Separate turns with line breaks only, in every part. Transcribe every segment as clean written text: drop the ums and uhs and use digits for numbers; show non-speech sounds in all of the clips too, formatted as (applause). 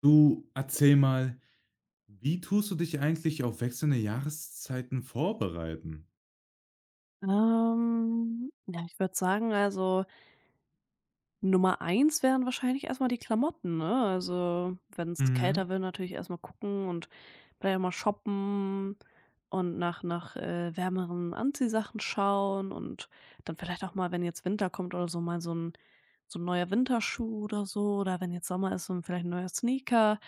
Du, erzähl mal, wie tust du dich eigentlich auf wechselnde Jahreszeiten vorbereiten?
Ja, ich würde sagen, also Nummer eins wären wahrscheinlich erstmal die Klamotten, ne? Also, wenn es
Mhm.
kälter wird, natürlich erstmal gucken und vielleicht mal shoppen und nach wärmeren Anziehsachen schauen und dann vielleicht auch mal, wenn jetzt Winter kommt oder so, mal so ein neuer Winterschuh oder so, oder wenn jetzt Sommer ist, so 'n vielleicht 'n neuer Sneaker.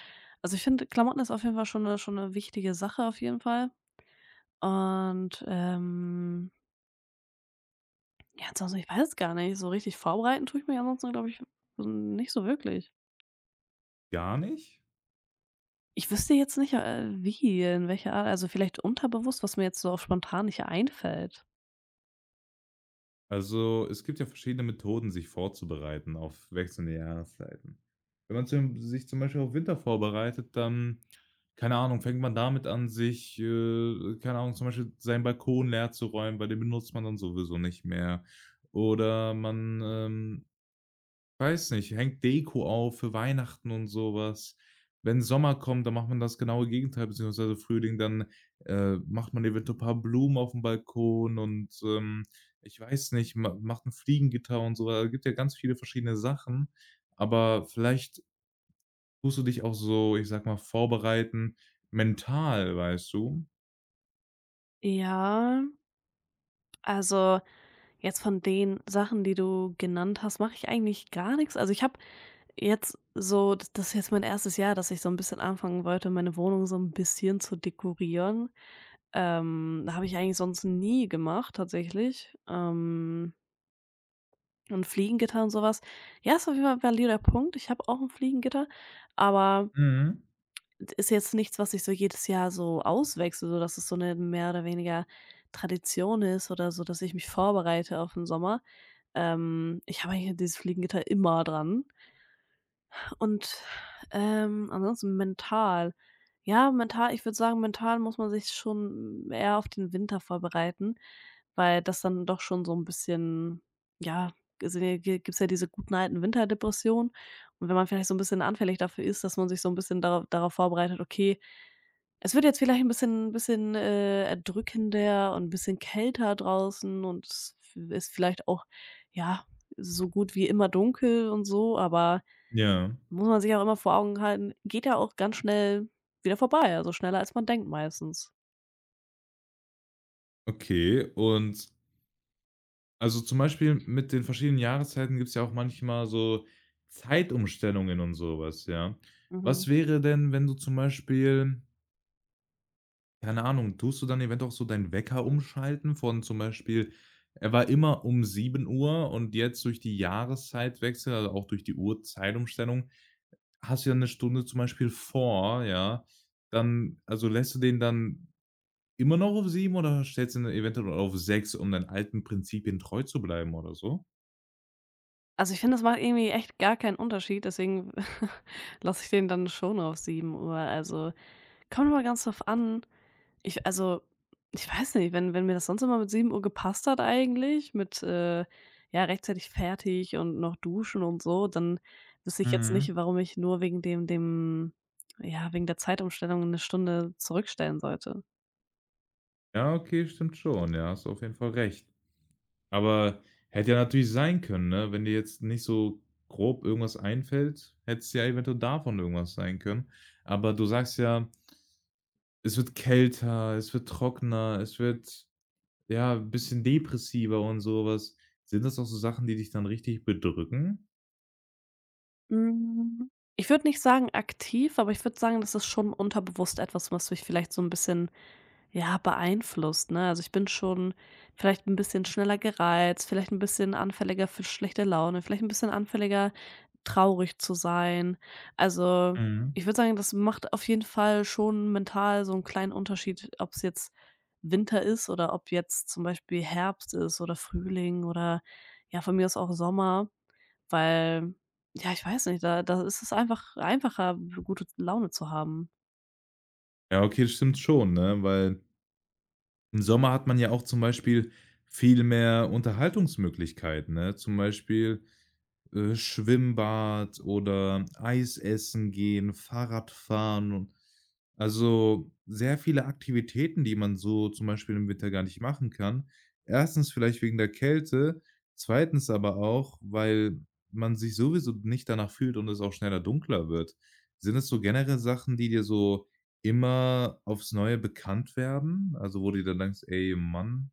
Also, ich finde, Klamotten ist auf jeden Fall schon eine wichtige Sache auf jeden Fall und, ähm Ja, ansonsten, ich weiß es gar nicht. So richtig vorbereiten tue ich mich ansonsten, glaube ich, nicht so wirklich.
Gar nicht?
Ich wüsste jetzt nicht, wie, in welcher Art, also vielleicht unterbewusst, was mir jetzt so auf spontan nicht einfällt.
Also, es gibt ja verschiedene Methoden, sich vorzubereiten auf wechselnde Jahreszeiten. Wenn man sich zum Beispiel auf Winter vorbereitet, dann, keine Ahnung, fängt man damit an, sich, keine Ahnung, zum Beispiel seinen Balkon leer zu räumen, weil den benutzt man dann sowieso nicht mehr. Oder man weiß nicht, hängt Deko auf für Weihnachten und sowas. Wenn Sommer kommt, dann macht man das genaue Gegenteil, beziehungsweise Frühling, dann, macht man eventuell ein paar Blumen auf dem Balkon und ich weiß nicht, ma macht 'n Fliegengitter und so. Also, gibt ja ganz viele verschiedene Sachen, aber vielleicht tust du dich auch so, ich sage mal, vorbereiten mental, weißt du?
Ja, also jetzt von den Sachen, die du genannt hast, mache ich eigentlich gar nichts. Also ich habe jetzt so, das ist jetzt mein erstes Jahr, dass ich so ein bisschen anfangen wollte, meine Wohnung so ein bisschen zu dekorieren. Habe ich eigentlich sonst nie gemacht, tatsächlich. Und Fliegengitter und sowas, ja, ist auf jeden Fall 'n valider Punkt. Ich habe auch ein Fliegengitter, aber
Mhm.
ist jetzt nichts, was ich so jedes Jahr so auswechsle, dass es so eine mehr oder weniger Tradition ist oder so, dass ich mich vorbereite auf den Sommer. Ich habe eigentlich dieses Fliegengitter immer dran. Und, ansonsten mental. Ja, mental, ich würde sagen, mental muss man sich schon eher auf den Winter vorbereiten, weil das dann doch schon so ein bisschen, ja, also, g gibt's ja diese guten alten Winterdepressionen. Und wenn man vielleicht so ein bisschen anfällig dafür ist, dass man sich so ein bisschen darauf vorbereitet: „Okay, es wird jetzt vielleicht ein bisschen erdrückender und ein bisschen kälter draußen und es ist vielleicht auch, ja, so gut wie immer dunkel und so“, aber
Ja,
muss man sich auch immer vor Augen halten, geht ja auch ganz schnell wieder vorbei, also schneller als man denkt meistens.
okay. Und also, zum Beispiel mit den verschiedenen Jahreszeiten gibt's ja auch manchmal so Zeitumstellungen und sowas, ja. Was
Mhm.
wäre denn, wenn du zum Beispiel keine Ahnung, tust du dann eventuell auch so deinen Wecker umschalten von zum Beispiel er war immer um 7 Uhr und jetzt durch die Jahreszeitwechsel, also auch durch die Uhrzeitumstellung, hast du ja 1 Stunde zum Beispiel vor, ja. Dann also, lässt du den dann immer noch auf 7 oder stellst du ihn eventuell auf 6, um deinen alten Prinzipien treu zu bleiben oder so?
Also, ich finde, das macht irgendwie echt gar keinen Unterschied, deswegen (laughs) lasse ich den dann schon auf sieben Uhr. Also, kommt immer ganz drauf an. Ich also, Ich weiß nicht, wenn mir das sonst immer mit sieben Uhr gepasst hat eigentlich, mit, ja, rechtzeitig fertig und noch duschen und so, dann wüsste ich jetzt
Mhm.
nicht, warum ich nur wegen dem, ja, wegen der Zeitumstellung eine Stunde zurückstellen sollte.
Ja, okay, stimmt schon. Ja, hast du auf jeden Fall recht. Aber hätte ja natürlich sein können, ne? Wenn dir jetzt nicht so grob irgendwas einfällt, hätte es ja eventuell davon irgendwas sein können. Aber du sagst ja, es wird kälter, es wird trockener, es wird, ja, 'n bisschen depressiver und sowas. Sind das auch so Sachen, die dich dann richtig bedrücken?
Hm, ich würde nicht sagen aktiv, aber ich würde sagen, das ist schon unterbewusst etwas, was mich vielleicht so 'n bisschen, ja, beeinflusst, ne? Also, ich bin schon vielleicht 'n bisschen schneller gereizt, vielleicht 'n bisschen anfälliger für schlechte Laune, vielleicht 'n bisschen anfälliger, traurig zu sein. Also,
Mhm.
ich würde sagen, das macht auf jeden Fall schon mental so 'n kleinen Unterschied, ob's jetzt Winter ist oder ob jetzt zum Beispiel Herbst ist oder Frühling oder, ja, von mir aus auch Sommer. Weil, ja, ich weiß nicht, da ist es einfach einfacher, gute Laune zu haben.
Ja, okay, das stimmt schon, ne? Weil im Sommer hat man ja auch zum Beispiel viel mehr Unterhaltungsmöglichkeiten, ne? Zum Beispiel Schwimmbad oder Eis essen gehen, Fahrradfahren und also sehr viele Aktivitäten, die man so zum Beispiel im Winter gar nicht machen kann. Erstens vielleicht wegen der Kälte, zweitens aber auch, weil man sich sowieso nicht danach fühlt und es auch schneller dunkler wird. Sind es so generell Sachen, die dir so immer aufs Neue bekannt werden? Also, wo du dir dann denkst: „Ey, Mann.“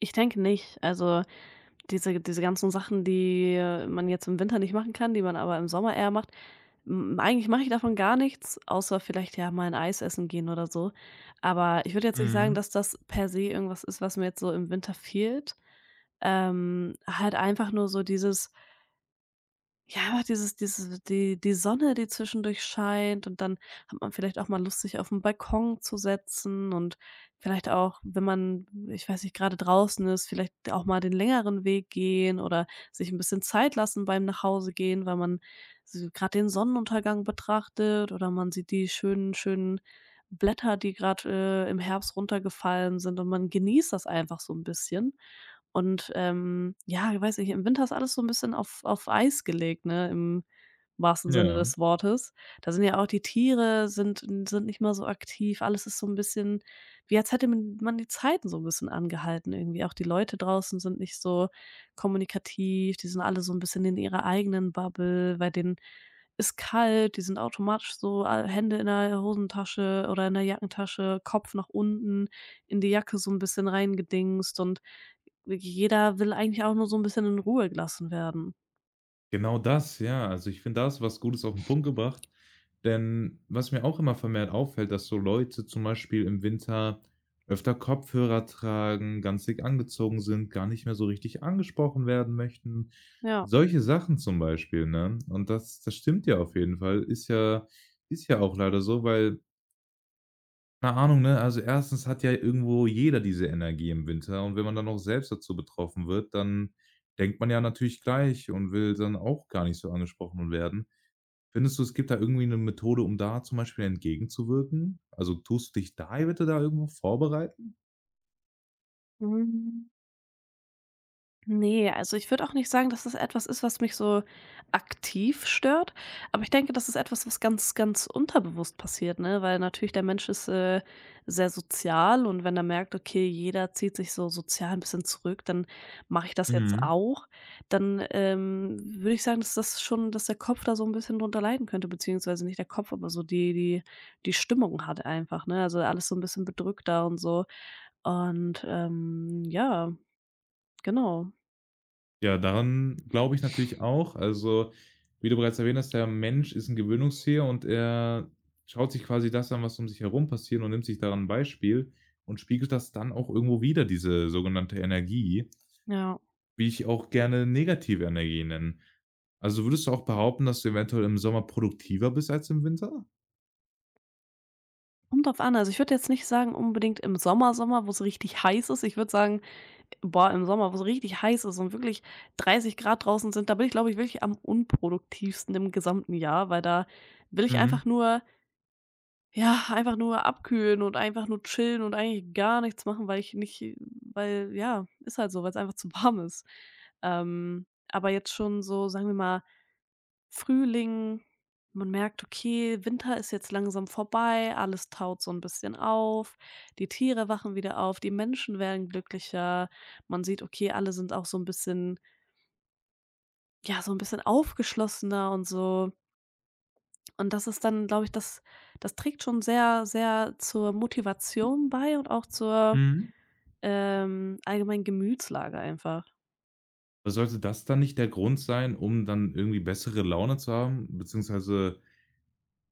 Ich denke nicht. Also, diese ganzen Sachen, die man jetzt im Winter nicht machen kann, die man aber im Sommer eher macht, hm, eigentlich mache ich davon gar nichts, außer vielleicht, ja, mal ein Eis essen gehen oder so. Aber ich würde jetzt nicht sagen,
Mhm.
dass das per se irgendwas ist, was mir jetzt so im Winter fehlt. Halt einfach nur so dieses, ja, aber dieses die Sonne, die zwischendurch scheint, und dann hat man vielleicht auch mal Lust, sich auf'n Balkon zu setzen und vielleicht auch, wenn man, ich weiß nicht, gerade draußen ist, vielleicht auch mal den längeren Weg gehen oder sich ein bisschen Zeit lassen beim Nachhause gehen, weil man so grad den Sonnenuntergang betrachtet oder man sieht die schönen Blätter, die gerade im Herbst runtergefallen sind, und man genießt das einfach so ein bisschen. Und, ja, ich weiß nicht, im Winter ist alles so ein bisschen auf Eis gelegt, ne, im wahrsten Sinne
Ja.
des Wortes. Da sind ja auch die Tiere, sind nicht mehr so aktiv. Alles ist so ein bisschen, wie als hätte man die Zeiten so ein bisschen angehalten irgendwie. Auch die Leute draußen sind nicht so kommunikativ. Die sind alle so ein bisschen in ihrer eigenen Bubble. Bei denen ist kalt, die sind automatisch so all Hände in der Hosentasche oder in der Jackentasche, Kopf nach unten, in die Jacke so ein bisschen reingedingst, und wirklich jeder will eigentlich auch nur so 'n bisschen in Ruhe gelassen werden.
Genau das, ja. Also, ich finde, da hast du was Gutes auf 'n Punkt gebracht, denn was mir auch immer vermehrt auffällt, dass so Leute zum Beispiel im Winter öfter Kopfhörer tragen, ganz dick angezogen sind, gar nicht mehr so richtig angesprochen werden möchten.
Ja.
Solche Sachen zum Beispiel, ne? Und das stimmt ja auf jeden Fall. Ist ja auch leider so, weil keine Ahnung, ne? Also, erstens hat ja irgendwo jeder diese Energie im Winter und wenn man dann noch selbst dazu betroffen wird, dann denkt man ja natürlich gleich und will dann auch gar nicht so angesprochen werden. Findest du, es gibt da irgendwie eine Methode, um da zum Beispiel entgegenzuwirken? Also, tust du dich da eventuell da irgendwo vorbereiten?
Mhm. Ne, also ich würde auch nicht sagen, dass das etwas ist, was mich so aktiv stört, aber ich denke, das ist etwas, was ganz, ganz unterbewusst passiert, ne? Weil natürlich, der Mensch ist, sehr sozial, und wenn er merkt, okay, jeder zieht sich so sozial ein bisschen zurück, dann mache ich das jetzt
Mhm.
auch, dann, würde ich sagen, dass das schon dass der Kopf da so ein bisschen drunter leiden könnte, beziehungsweise nicht der Kopf, aber so die Stimmung halt einfach, ne? Also alles so ein bisschen bedrückter und so, und, ja, genau,
Ja, daran glaube ich natürlich auch. Also, wie du bereits erwähnt hast, der Mensch ist 'n Gewöhnungstier und er schaut sich quasi das an, was um sich herum passiert und nimmt sich daran 'n Beispiel und spiegelt das dann auch irgendwo wider, diese sogenannte Energie,
ja.
wie ich auch gerne negative Energie nenne. Also, würdest du auch behaupten, dass du eventuell im Sommer produktiver bist als im Winter?
Kommt drauf an. Also, ich würde jetzt nicht sagen, unbedingt im Sommer, wo es richtig heiß ist. Ich würde sagen, boah, im Sommer, wo es richtig heiß ist und wirklich 30 Grad draußen sind, da bin ich, glaube ich, wirklich am unproduktivsten im gesamten Jahr, weil da will ich
Mhm,
einfach nur, ja, einfach nur abkühlen und einfach nur chillen und eigentlich gar nichts machen, weil ich nicht weil ja, ist halt so, weil es einfach zu warm ist. Ähm, aber jetzt schon so, sagen wir mal Frühling, man merkt, okay, Winter ist jetzt langsam vorbei, alles taut so ein bisschen auf, die Tiere wachen wieder auf, die Menschen werden glücklicher. Man sieht, okay, alle sind auch so ein bisschen, ja, so ein bisschen aufgeschlossener und so. Und das ist dann, glaube ich, das trägt schon sehr, sehr zur Motivation bei und auch zur,
mhm.
allgemeinen Gemütslage einfach.
Aber sollte das dann nicht der Grund sein, um dann irgendwie bessere Laune zu haben, beziehungsweise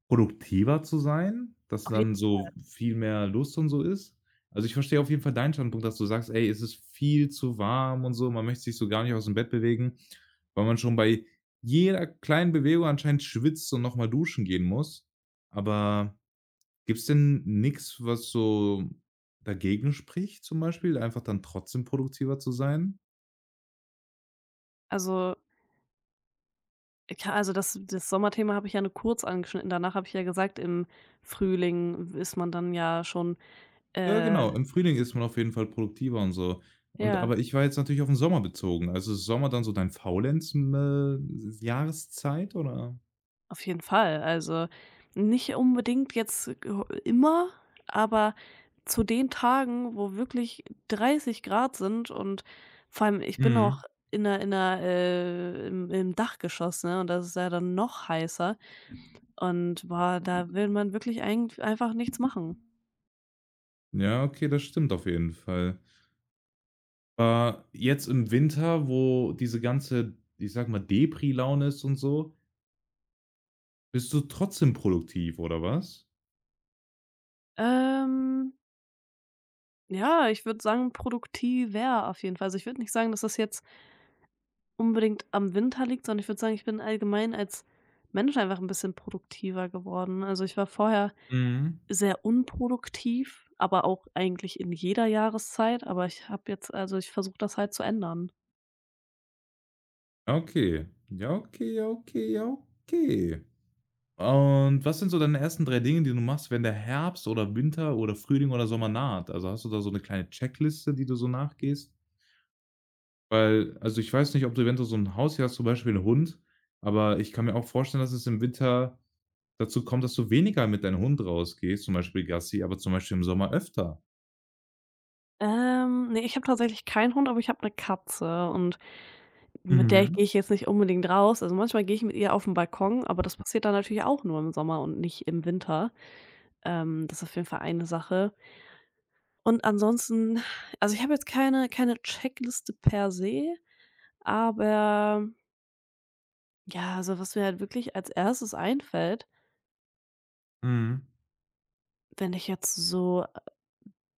produktiver zu sein, dass
Auf je
dann so viel mehr Lust und so ist. Also, ich verstehe auf jeden Fall deinen Standpunkt, dass du sagst: „Ey, es ist viel zu warm und so, man möchte sich so gar nicht ausm Bett bewegen, weil man schon bei jeder kleinen Bewegung anscheinend schwitzt und noch mal duschen gehen muss.“ Aber gibt's denn nix, was so dagegen spricht zum Beispiel, einfach dann trotzdem produktiver zu sein?
also Ka also das das Sommerthema habe ich ja nur kurz angeschnitten. Danach habe ich ja gesagt, im Frühling ist man dann ja schon,
Ja,
äh,
genau. Im Frühling ist man auf jeden Fall produktiver und so. Und
ja,
aber ich war jetzt natürlich auf den Sommer bezogen. Also, ist Sommer dann so dein Faulenzen Jahreszeit oder?
auf jeden Fall. Also, nicht unbedingt jetzt immer, aber zu den Tagen, wo wirklich 30 Grad sind, und vor allem, ich bin auch
Mhm.
in der im im Dachgeschoss, ne, und das ist ja dann noch heißer, und boah, da will man wirklich eigentlich einfach nichts machen.
Ja, okay, das stimmt auf jeden Fall. Aber jetzt im Winter, wo diese ganze, ich sag mal, Depri-Laune ist und so, bist du trotzdem produktiv oder was?
Ähm Ja, ich würde sagen, produktiver auf jeden Fall. Also, ich würde nicht sagen, dass das jetzt unbedingt am Winter liegt, sondern ich würde sagen, ich bin allgemein als Mensch einfach ein bisschen produktiver geworden. Also, ich war vorher
Mhm.
sehr unproduktiv, aber auch eigentlich in jeder Jahreszeit, aber ich habe ich versuche das halt zu ändern.
Ja, okay. Ja, okay, ja, okay, ja, okay. Und was sind so deine ersten 3 Dinge, die du machst, wenn der Herbst oder Winter oder Frühling oder Sommer naht? Also, hast du da so eine kleine Checkliste, die du so nachgehst? Weil also, ich weiß nicht, ob du eventuell so ein Haustier hast, zum Beispiel einen Hund, aber ich kann mir auch vorstellen, dass es im Winter dazu kommt, dass du weniger mit deinem Hund rausgehst, zum Beispiel Gassi, aber zum Beispiel im Sommer öfter.
Ne, ich habe tatsächlich keinen Hund, aber ich habe eine Katze, und mit der
Mhm,
gehe ich jetzt nicht unbedingt raus. Also, manchmal gehe ich mit ihr auf den Balkon, aber das passiert dann natürlich auch nur im Sommer und nicht im Winter. Das ist auf jeden Fall eine Sache. Und ansonsten, also, ich habe jetzt keine Checkliste per se, aber, ja, also, was mir halt wirklich als erstes einfällt,
mhm.
wenn ich jetzt so,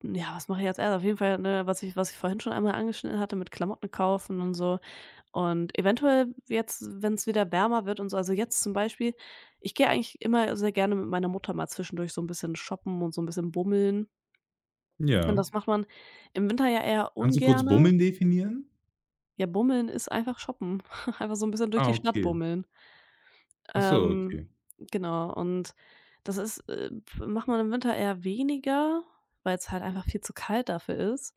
ja, was mache ich als 1.? Auf jeden Fall, ne, was ich vorhin schon einmal angeschnitten hatte, mit Klamotten kaufen und so. Und eventuell jetzt, wenn es wieder wärmer wird und so, also, jetzt zum Beispiel ich gehe eigentlich immer sehr gerne mit meiner Mutter mal zwischendurch so ein bisschen shoppen und so ein bisschen bummeln. Und
Ja.
das macht man im Winter ja eher
Kannst du kurz
ungerne.
bummeln definieren?
Ja, bummeln ist einfach shoppen. (laughs) Einfach so ein bisschen durch
Ah,
die Stadt
okay.
bummeln.
Ach so,
Ähm,
okay.
genau, und das ist, macht man im Winter eher weniger, weil es halt einfach viel zu kalt dafür ist.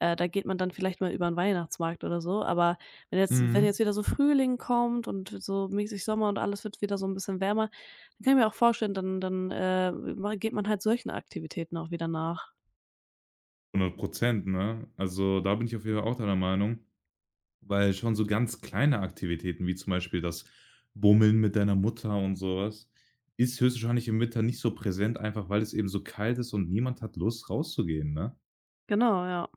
Da geht man dann vielleicht mal über 'n Weihnachtsmarkt oder so, aber wenn jetzt wenn
Mhm.
jetzt wieder so Frühling kommt und so mäßig Sommer und alles wird wieder so ein bisschen wärmer, dann kann ich mir auch vorstellen, dann dann, ma geht man halt solchen Aktivitäten auch wieder nach.
100%, ne? Also, da bin ich auf jeden Fall auch deiner Meinung. Weil schon so ganz kleine Aktivitäten, wie zum Beispiel das Bummeln mit deiner Mutter und sowas ist höchstwahrscheinlich im Winter nicht so präsent, einfach weil es eben so kalt ist und niemand hat Lust, rauszugehen, ne?
Genau, ja.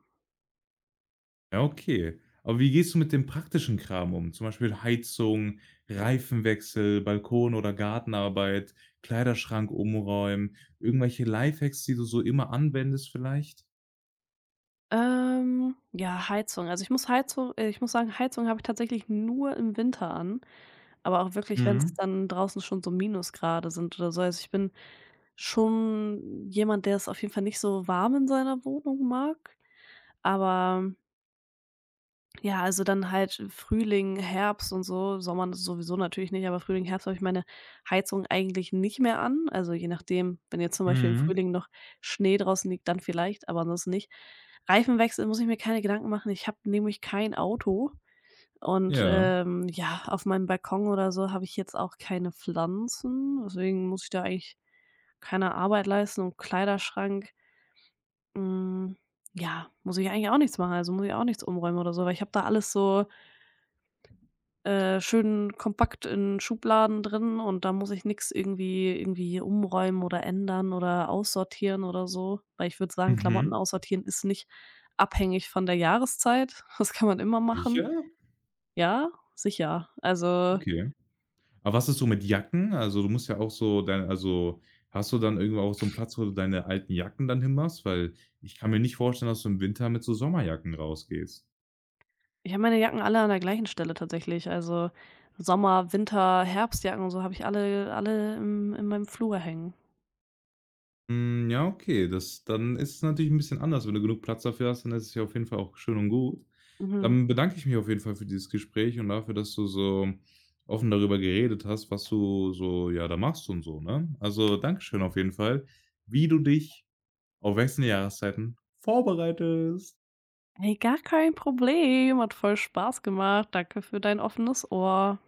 Ja, okay. Aber wie gehst du mit dem praktischen Kram um? Zum Beispiel Heizung, Reifenwechsel, Balkon oder Gartenarbeit, Kleiderschrank umräumen, irgendwelche Lifehacks, die du so immer anwendest vielleicht?
Ja, Heizung. Also, ich muss sagen, Heizung habe ich tatsächlich nur im Winter an, aber auch wirklich, wenn es
Mhm,
dann draußen schon so Minusgrade sind oder so. Also, ich bin schon jemand, der es auf jeden Fall nicht so warm in seiner Wohnung mag, aber, ja, also dann halt Frühling, Herbst und so, Sommer sowieso natürlich nicht, aber Frühling, Herbst habe ich meine Heizung eigentlich nicht mehr an. Also je nachdem, wenn jetzt zum Beispiel im
mhm.
Frühling noch Schnee draußen liegt, dann vielleicht, aber ansonsten nicht. Reifenwechsel muss ich mir keine Gedanken machen. Ich habe nämlich kein Auto. Und
Ja.
ja, auf meinem Balkon oder so habe ich jetzt auch keine Pflanzen. Deswegen muss ich da eigentlich keine Arbeit leisten. Und Kleiderschrank, hm, ja, muss ich eigentlich auch nichts machen. Also muss ich auch nichts umräumen oder so, weil ich habe da alles so, schön kompakt in Schubladen drin, und da muss ich nix irgendwie umräumen oder ändern oder aussortieren oder so. Weil ich würde sagen, Klamotten
Mhm.
aussortieren ist nicht abhängig von der Jahreszeit. (laughs) Das kann man immer machen.
Sicher?
Ja, sicher. Also,
Okay. Aber was ist so mit Jacken? Also, du musst ja auch so dein also, hast du dann irgendwo auch so einen Platz, wo du deine alten Jacken dann hinmachst? Weil ich kann mir nicht vorstellen, dass du im Winter mit so Sommerjacken rausgehst.
ich habe meine Jacken alle an der gleichen Stelle, tatsächlich. Also, Sommer, Winter, Herbstjacken und so habe ich alle im in meinem Flur hängen.
Hm, ja, okay, das dann ist es natürlich ein bisschen anders. Wenn du genug Platz dafür hast, dann ist es ja auf jeden Fall auch schön und gut.
Mhm.
Dann bedanke ich mich auf jeden Fall für dieses Gespräch und dafür, dass du so offen darüber geredet hast, was du so, ja, da machst und so, ne? Also, danke schön auf jeden Fall, wie du dich auf wechselnde Jahreszeiten vorbereitest.
Ey, gar kein Problem. Hat voll Spaß gemacht. Danke für dein offenes Ohr.